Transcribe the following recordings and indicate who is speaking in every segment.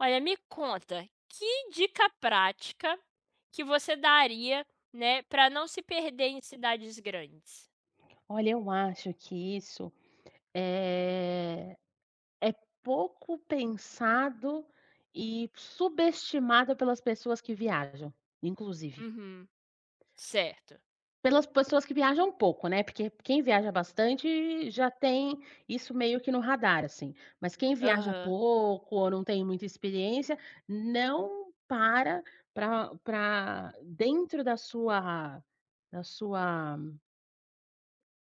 Speaker 1: Olha, me conta, que dica prática que você daria, né, para não se perder em cidades grandes?
Speaker 2: Olha, eu acho que isso é é pouco pensado e subestimado pelas pessoas que viajam, inclusive.
Speaker 1: Uhum, certo.
Speaker 2: Pelas pessoas que viajam pouco, né, porque quem viaja bastante já tem isso meio que no radar, assim. Mas quem viaja
Speaker 1: Aham.
Speaker 2: pouco ou não tem muita experiência, não para dentro da sua da sua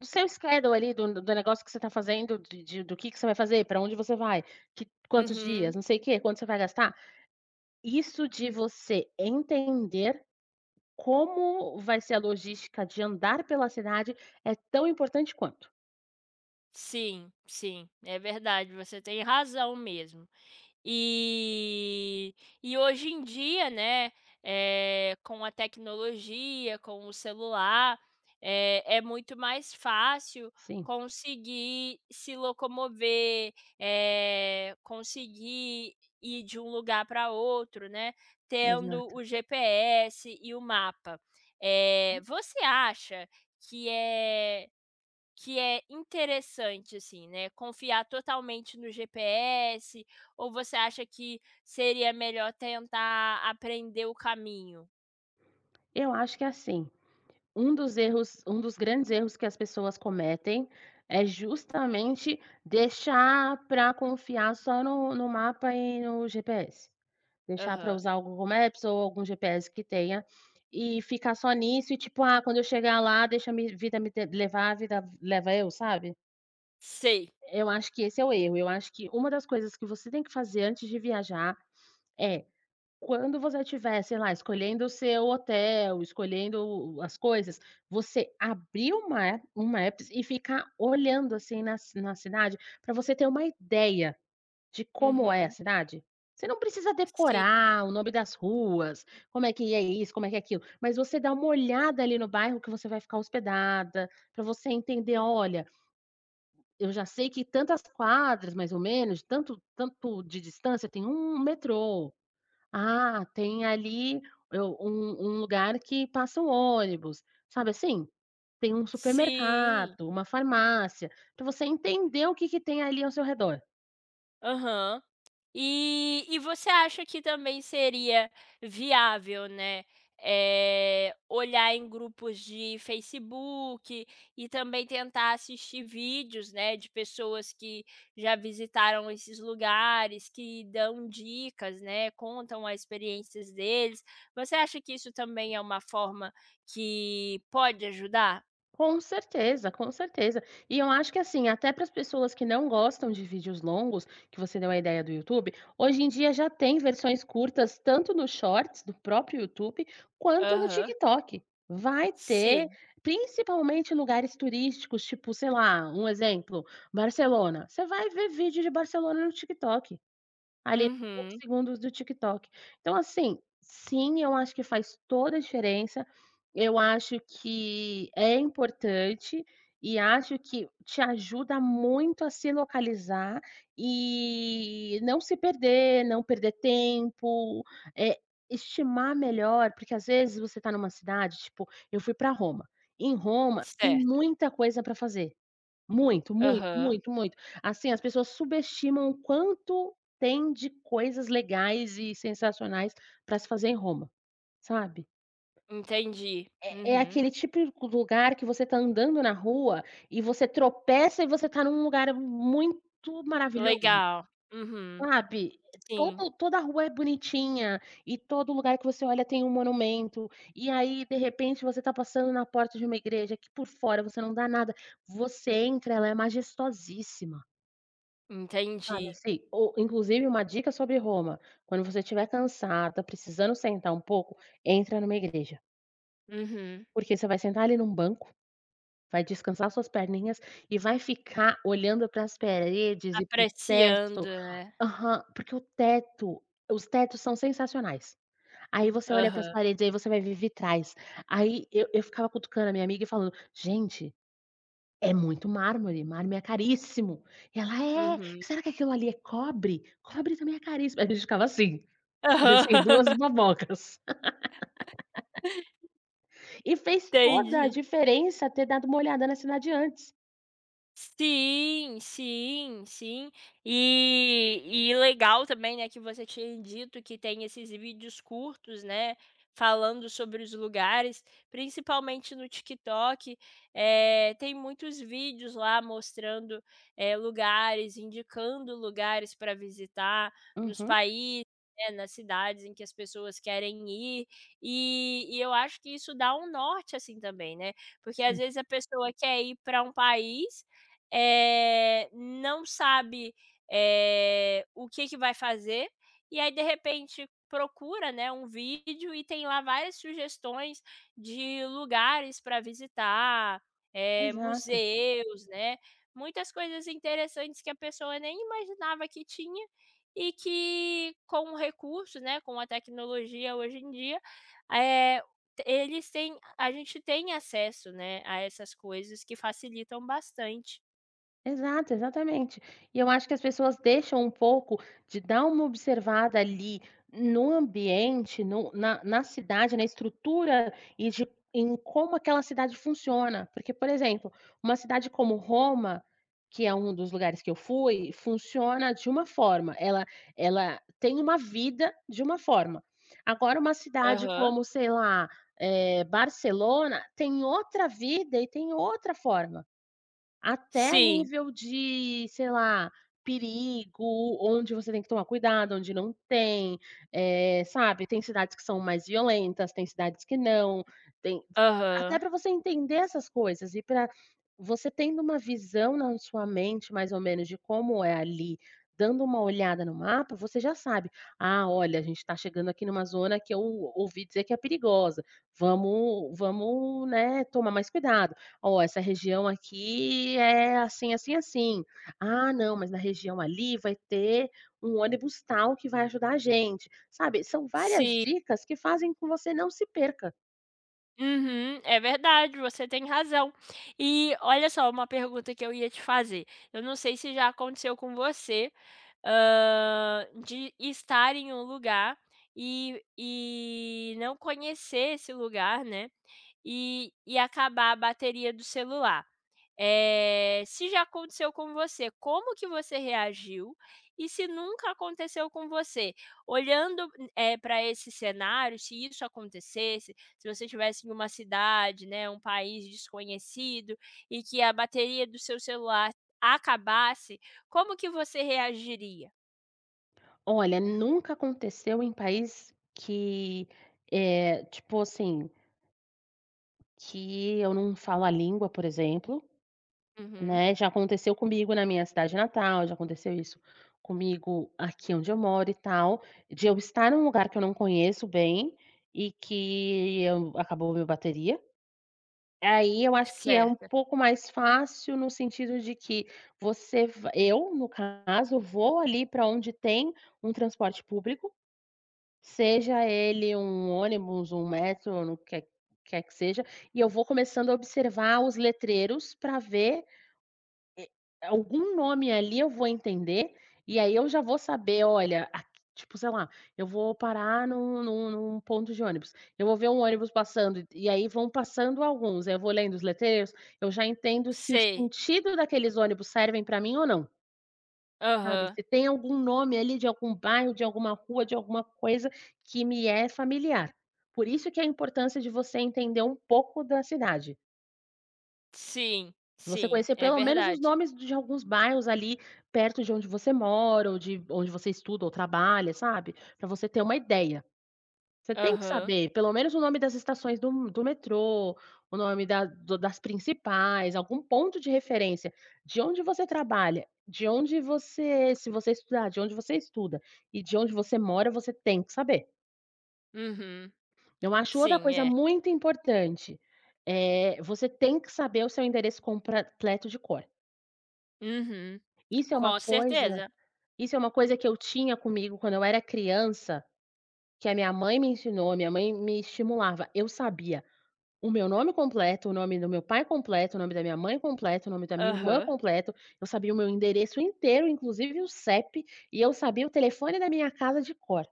Speaker 2: Do seu schedule ali, do negócio que você está fazendo, de do que você vai fazer, para onde você vai, que quantos
Speaker 1: Uhum.
Speaker 2: dias, não sei o quê, quanto você vai gastar. Isso de você entender como vai ser a logística de andar pela cidade é tão importante quanto.
Speaker 1: Sim, sim, é verdade, você tem razão mesmo. E e hoje em dia, né, com a tecnologia, com o celular, é muito mais fácil
Speaker 2: Sim,
Speaker 1: conseguir se locomover, conseguir ir de um lugar para outro, né, tendo
Speaker 2: exato.
Speaker 1: o GPS e o mapa. Você acha que é que é interessante, assim, né, confiar totalmente no GPS ou você acha que seria melhor tentar aprender o caminho?
Speaker 2: Eu acho que, é assim, um dos erros um dos grandes erros que as pessoas cometem é justamente deixar para confiar só no mapa e no GPS. Deixar para
Speaker 1: Aham.
Speaker 2: usar o Google Maps ou algum GPS que tenha e ficar só nisso e, tipo: "Ah, quando eu chegar lá, deixa a mi vida me te levar, a vida leva eu", sabe?
Speaker 1: Sei.
Speaker 2: Eu acho que esse é o erro. Eu acho que uma das coisas que você tem que fazer antes de viajar é quando você estiver, sei lá, escolhendo o seu hotel, escolhendo as coisas, você abrir uma a um Maps e ficar olhando, assim, na cidade, para você ter uma ideia de como é a
Speaker 1: Uhum.
Speaker 2: cidade. Você não precisa
Speaker 1: Sim.
Speaker 2: decorar o nome das ruas, como é que é isso, como é que é aquilo, mas você dá uma olhada ali no bairro que você vai ficar hospedada, para você entender: "Olha, eu já sei que tantas quadras, mais ou menos, tanto tanto de distância tem um metrô, ah, tem ali eu um um lugar que passa um ônibus, sabe assim? Tem um
Speaker 1: Sim.
Speaker 2: supermercado, uma farmácia, para você entender o que que tem ali ao seu redor.
Speaker 1: Aham. E você acha que também seria viável, né, olhar em grupos de Facebook e também tentar assistir vídeos, né, de pessoas que já visitaram esses lugares, que dão dicas, né, contam as experiências deles. Você acha que isso também é uma forma que pode ajudar?
Speaker 2: Com certeza, com certeza. E eu acho que assim, até para as pessoas que não gostam de vídeos longos, que você deu a ideia do YouTube, hoje em dia já tem versões curtas tanto no Shorts do próprio YouTube, quanto no
Speaker 1: Aham.
Speaker 2: TikTok. Vai ter,
Speaker 1: Sim.
Speaker 2: principalmente em lugares turísticos, tipo, sei lá, um exemplo, Barcelona. Você vai ver vídeo de Barcelona no TikTok. Ali, poucos
Speaker 1: Uhum.
Speaker 2: segundos do TikTok. Então assim, sim, eu acho que faz toda a diferença, eu acho que é importante, e acho que te ajuda muito a se localizar e não se perder, não perder tempo, eh, estimar melhor, porque às vezes você está numa cidade, tipo, eu fui para Roma, em Roma tem
Speaker 1: Certo.
Speaker 2: muita coisa para fazer. Muito, muito,
Speaker 1: Aham.
Speaker 2: muito, muito. Assim, as pessoas subestimam o quanto tem de coisas legais e sensacionais para se fazer em Roma, sabe.
Speaker 1: Entendi.
Speaker 2: É
Speaker 1: Uhum.
Speaker 2: aquele típico lugar que você tá andando na rua e você tropeça e você tá num lugar muito maravilhoso,
Speaker 1: Legal. Uhum.
Speaker 2: sabe.
Speaker 1: Sim,
Speaker 2: Todo Toda rua é bonitinha e todo lugar que você olha tem um monumento, e aí, de repente, você tá passando na porta de uma igreja que por fora você não dá nada, você entra, ela é majestosíssima. Sabe,
Speaker 1: entendi.
Speaker 2: assim, ou inclusive uma dica sobre Roma, quando você estiver cansada, precisando sentar um pouco, entra numa igreja,
Speaker 1: Uhum.
Speaker 2: porque você vai sentar ali num banco, vai descansar suas perninhas e vai ficar olhando para as paredes e para o teto
Speaker 1: Apreciando, né.
Speaker 2: aham, porque o teto os tetos são sensacionais. Aí você olha para as
Speaker 1: Aham.
Speaker 2: paredes, aí você vai ver vitrais. Aí eu ficava cutucando a minha amiga e falando: "Gente, é muito mármore, mármore é caríssimo". E ela: "É,
Speaker 1: Uhum.
Speaker 2: será que aquilo ali é cobre? Cobre também é caríssimo". A gente ficava assim, parecendo
Speaker 1: Aham.
Speaker 2: 2 babocas. E fez toda a
Speaker 1: Entendi.
Speaker 2: diferença ter dado uma olhada na cidade antes.
Speaker 1: Sim, sim, sim. E e legal também, né, que você tinha dito que tem esses vídeos curtos, né, falando sobre os lugares, principalmente no TikTok, tem muitos vídeos lá mostrando, lugares, indicando lugares para visitar nos
Speaker 2: Uhum,
Speaker 1: países, né, nas cidades em que as pessoas querem ir, e eu acho que isso dá um norte, assim, também, né, porque às
Speaker 2: sim,
Speaker 1: vezes a pessoa quer ir para um país não sabe, o que que vai fazer, e aí de repente procura, né, um vídeo e tem lá várias sugestões de lugares para visitar,
Speaker 2: exato.
Speaker 1: museus, né, muitas coisas interessantes que a pessoa nem imaginava que tinha e que com o recurso, né, com a tecnologia hoje em dia, eh, eles têm a gente tem acesso, né, a essas coisas que facilitam bastante.
Speaker 2: Exato, exatamente. E eu acho que as pessoas deixam um pouco de dar uma observada ali no ambiente, no na na cidade, na estrutura e de em como aquela cidade funciona. Porque, por exemplo, uma cidade como Roma, que é um dos lugares que eu fui, funciona de uma forma, ela tem uma vida de uma forma. Agora uma cidade
Speaker 1: Aham.
Speaker 2: como, sei lá, Barcelona tem outra vida e tem outra forma. Até
Speaker 1: Sim.
Speaker 2: nível de, sei lá, perigo, onde você tem que tomar cuidado, onde não tem, sabe, tem cidades que são mais violentas, tem cidades que não, tem até
Speaker 1: Aham.
Speaker 2: para você entender essas coisas e para você tendo uma visão na sua mente mais ou menos de como é ali, dando uma olhada no mapa, você já sabe: "Ah, olha, a gente está chegando aqui numa zona que eu ouvi dizer que é perigosa, vamos, né, tomar mais cuidado". "Ó, essa região aqui é assim, assim, assim. Ah, não, mas na região ali vai ter um ônibus tal que vai ajudar a gente", sabe, são várias
Speaker 1: Sim.
Speaker 2: dicas que fazem com que você não se perca.
Speaker 1: Uhum. É verdade, você tem razão. E olha só, uma pergunta que eu ia te fazer. Eu não sei se já aconteceu com você, de estar em um lugar e não conhecer esse lugar, né, e acabar a bateria do celular. Se já aconteceu com você, como que você reagiu? E se nunca aconteceu com você, olhando, para esse cenário, se isso acontecesse, se você estivesse em uma cidade, né, um país desconhecido e que a bateria do seu celular acabasse, como que você reagiria?
Speaker 2: Olha, nunca aconteceu em país que, é tipo assim, que eu não falo a língua, por exemplo,
Speaker 1: Uhum.
Speaker 2: Né, já aconteceu comigo na minha cidade natal, já aconteceu isso comigo aqui onde eu moro e tal, de eu estar num lugar que eu não conheço bem e que eu acabou a minha bateria. Aí eu acho que é um
Speaker 1: Certo,
Speaker 2: pouco mais fácil no sentido de que você va eu, no caso, vou ali para onde tem um transporte público, seja ele um ônibus, um metrô, no que quer que seja, e eu vou começando a observar os letreiros para ver Algum nome ali eu vou entender, e aí eu já vou saber, olha, a tipo, sei lá, eu vou parar num ponto de ônibus, eu vou ver um ônibus passando, e aí vão passando alguns, eu vou lendo os letreiros, eu já entendo se o
Speaker 1: sei.
Speaker 2: sentido daqueles ônibus servem para mim ou não, sabe.
Speaker 1: Aham.
Speaker 2: Se tem algum nome ali de algum bairro, de alguma rua, de alguma coisa que me é familiar. Por isso que é a importância de você entender um pouco da cidade.
Speaker 1: Sim,
Speaker 2: Você
Speaker 1: sim,
Speaker 2: conhecer
Speaker 1: é
Speaker 2: pelo menos os
Speaker 1: verdade.
Speaker 2: nomes de alguns bairros ali perto de onde você mora ou de onde você estuda ou trabalha, sabe, Para você ter uma ideia. Você tem que
Speaker 1: Aham.
Speaker 2: saber pelo menos o nome das estações do metrô, o nome da do das principais, algum ponto de referência de onde você trabalha, de onde você se você estudar, de onde você estuda e de onde você mora, você tem que saber.
Speaker 1: Uhum.
Speaker 2: Eu acho outra
Speaker 1: Sim,
Speaker 2: coisa
Speaker 1: é.
Speaker 2: muito importante, você tem que saber o seu endereço completo de cor.
Speaker 1: Uhum.
Speaker 2: Isso é uma
Speaker 1: Com
Speaker 2: coisa
Speaker 1: certeza.
Speaker 2: isso é uma coisa que eu tinha comigo quando eu era criança, que a minha mãe me ensinou, minha mãe me estimulava. Eu sabia o meu nome completo, o nome do meu pai completo, o nome da minha mãe completo, o nome da minha irmã
Speaker 1: Aham.
Speaker 2: completo, eu sabia o meu endereço inteiro, inclusive o CEP, e eu sabia o telefone da minha casa de cor.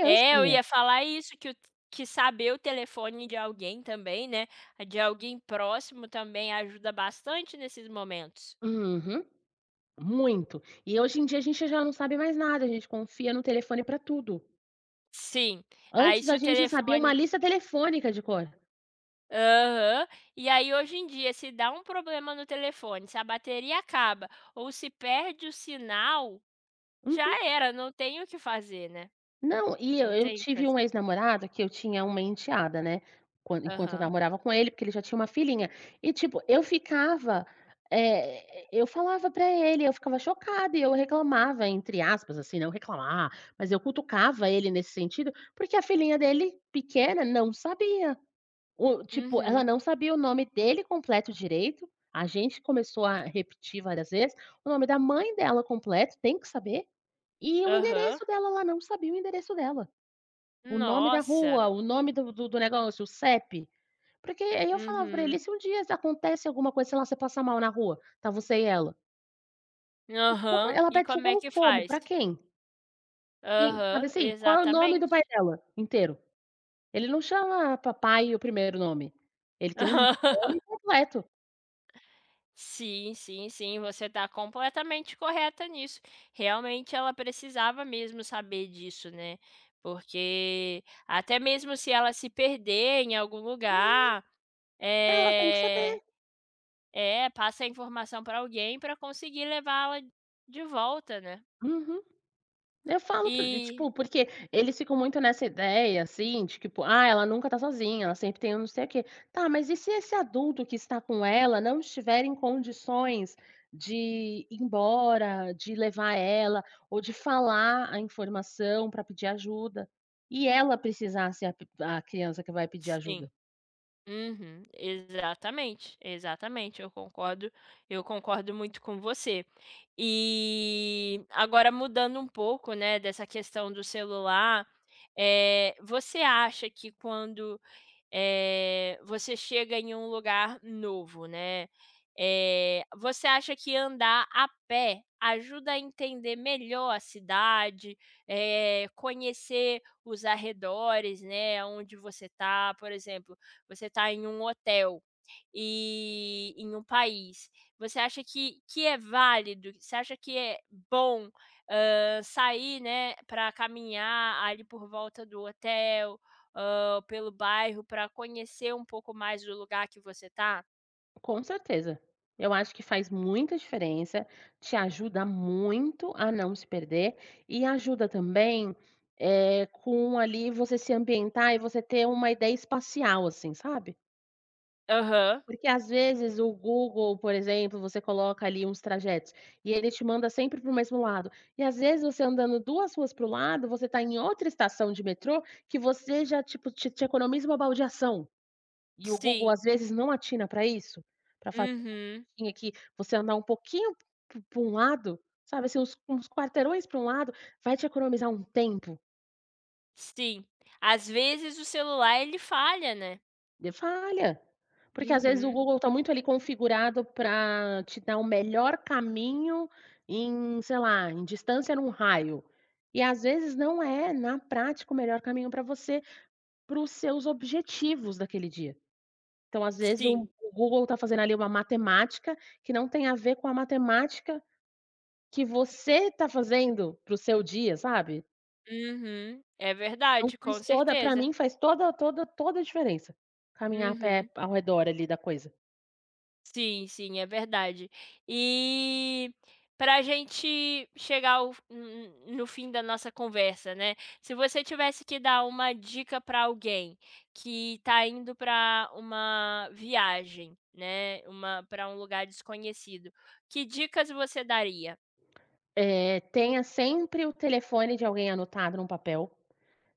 Speaker 1: É, eu ia falar isso, que saber o telefone de alguém também, né, de alguém próximo também ajuda bastante nesses momentos.
Speaker 2: Uhum, muito. E hoje em dia a gente já não sabe mais nada, a gente confia no telefone para tudo.
Speaker 1: Sim, aí
Speaker 2: Antes
Speaker 1: se
Speaker 2: a
Speaker 1: o
Speaker 2: gente sabia uma
Speaker 1: telefone
Speaker 2: lista telefônica de cor.
Speaker 1: aham. E aí hoje em dia se dá um problema no telefone, se a bateria acaba ou se perde o sinal, já era, não tem o que fazer, né,
Speaker 2: Não, e eu
Speaker 1: não
Speaker 2: eu
Speaker 1: tem o que
Speaker 2: tive
Speaker 1: fazer.
Speaker 2: um ex-namorado que eu tinha uma enteada, né, quan enquanto eu
Speaker 1: Aham.
Speaker 2: namorava com ele, porque ele já tinha uma filhinha. E, tipo, eu ficava, eu falava pra ele, eu ficava chocada e eu reclamava, entre aspas, assim, não reclamar, mas eu cutucava ele nesse sentido, porque a filhinha dele, pequena, não sabia. O Tipo, ela
Speaker 1: Uhum.
Speaker 2: não sabia o nome dele completo direito, a gente começou a repetir várias vezes, o nome da mãe dela completo, tem que saber, e o
Speaker 1: Aham.
Speaker 2: endereço dela, ela não sabia o endereço dela. O nome da
Speaker 1: Nossa.
Speaker 2: rua, o nome do negócio, o CEP, porque aí eu falava pra ele:
Speaker 1: Uhum.
Speaker 2: "E se um dia acontece alguma coisa, sei lá, você passa mal na rua, tá você e ela, como
Speaker 1: Aham.
Speaker 2: ela
Speaker 1: E
Speaker 2: pede
Speaker 1: como é
Speaker 2: socorro
Speaker 1: que
Speaker 2: como?
Speaker 1: faz?
Speaker 2: Pra quem? Quem?" Sabe
Speaker 1: Aham,
Speaker 2: assim, qual é o nome do pai
Speaker 1: exatamente.
Speaker 2: dela inteiro? Ele não chama papai e o primeiro nome, ele tem um nome completo.
Speaker 1: Sim, sim, sim, você está completamente correta nisso. Realmente ela precisava mesmo saber disso, né, porque até mesmo se ela se perder em algum lugar,
Speaker 2: Ela tem que
Speaker 1: eh
Speaker 2: saber.
Speaker 1: é, passa a informação para alguém para conseguir levá-la de volta, né.
Speaker 2: Uhum. Eu falo pra ele,
Speaker 1: E
Speaker 2: tipo, porque eles ficam muito nessa ideia, assim, de tipo: "Ah, ela nunca tá sozinha, ela sempre tem um não sei o quê". Tá, mas e se esse adulto que está com ela não estiver em condições de ir embora, de levar ela ou de falar a informação para pedir ajuda, e ela precisar ser a criança que vai pedir
Speaker 1: sim.
Speaker 2: ajuda?
Speaker 1: Uhum, exatamente, exatamente, eu concordo muito com você. E agora mudando um pouco, né, dessa questão do celular, você acha que quando você chega em um lugar novo, né. Você acha que andar a pé ajuda a entender melhor a cidade, conhecer os arredores, né, onde você está? Por exemplo, você está em um hotel, e em um país, você acha que é válido? Você acha que é bom, sair, né, para caminhar ali por volta do hotel, pelo bairro para conhecer um pouco mais do lugar que você tá?
Speaker 2: Com certeza. Eu acho que faz muita diferença, te ajuda muito a não se perder e ajuda também, com ali você se ambientar e você ter uma ideia espacial, assim, sabe.
Speaker 1: Aham,
Speaker 2: Porque às vezes o Google, por exemplo, você coloca ali uns trajetos e ele te manda sempre para o mesmo lado. E às vezes você andando 2 ruas para o lado, você está em outra estação de metrô que você já, tipo, te economiza uma baldeação. E o Google
Speaker 1: sim.
Speaker 2: às vezes não atina para isso, para
Speaker 1: Uhum,
Speaker 2: tinha que você andar um pouquinho para um lado, sabe, assim, uns quarteirões para um lado, vai te economizar um tempo.
Speaker 1: sim. Às vezes o celular ele falha, né.
Speaker 2: De falha, porque às vezes o
Speaker 1: Uhum,
Speaker 2: Google está muito ali configurado para te dar o melhor caminho em, sei lá, em distância num raio. E às vezes não é, na prática, o melhor caminho para você, para os seus objetivos daquele dia. Então, às vezes, o
Speaker 1: sim.
Speaker 2: o Google está fazendo ali uma matemática que não tem a ver com a matemática Que você tá fazendo para o seu dia, sabe.
Speaker 1: Uhum, é
Speaker 2: Então
Speaker 1: verdade, com
Speaker 2: faz toda pra
Speaker 1: certeza.
Speaker 2: mim faz toda toda toda a diferença, caminhar a pé
Speaker 1: Uhum.
Speaker 2: ao redor ali da coisa.
Speaker 1: Sim, sim, é verdade. E para a gente chegar ao n n no fim da nossa conversa, né, se você tivesse que dar uma dica para alguém que está indo para uma viagem, né, uma para um lugar desconhecido, que dicas você daria?
Speaker 2: Tenha sempre o telefone de alguém anotado num papel,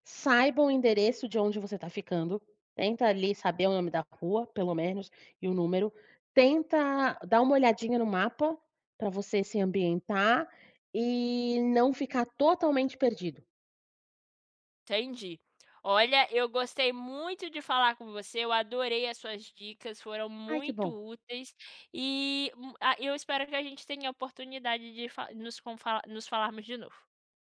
Speaker 2: saiba o endereço de onde você tá ficando, tenta ali saber o nome da rua, pelo menos, e o número, tenta dar uma olhadinha no mapa, pra você se ambientar e não ficar totalmente perdido.
Speaker 1: Entendi. Olha, eu gostei muito de falar com você, eu adorei as suas dicas, foram
Speaker 2: Ai que
Speaker 1: muito
Speaker 2: bom.
Speaker 1: úteis e, eu espero que a gente tenha a oportunidade de fa nos confa nos falarmos de novo.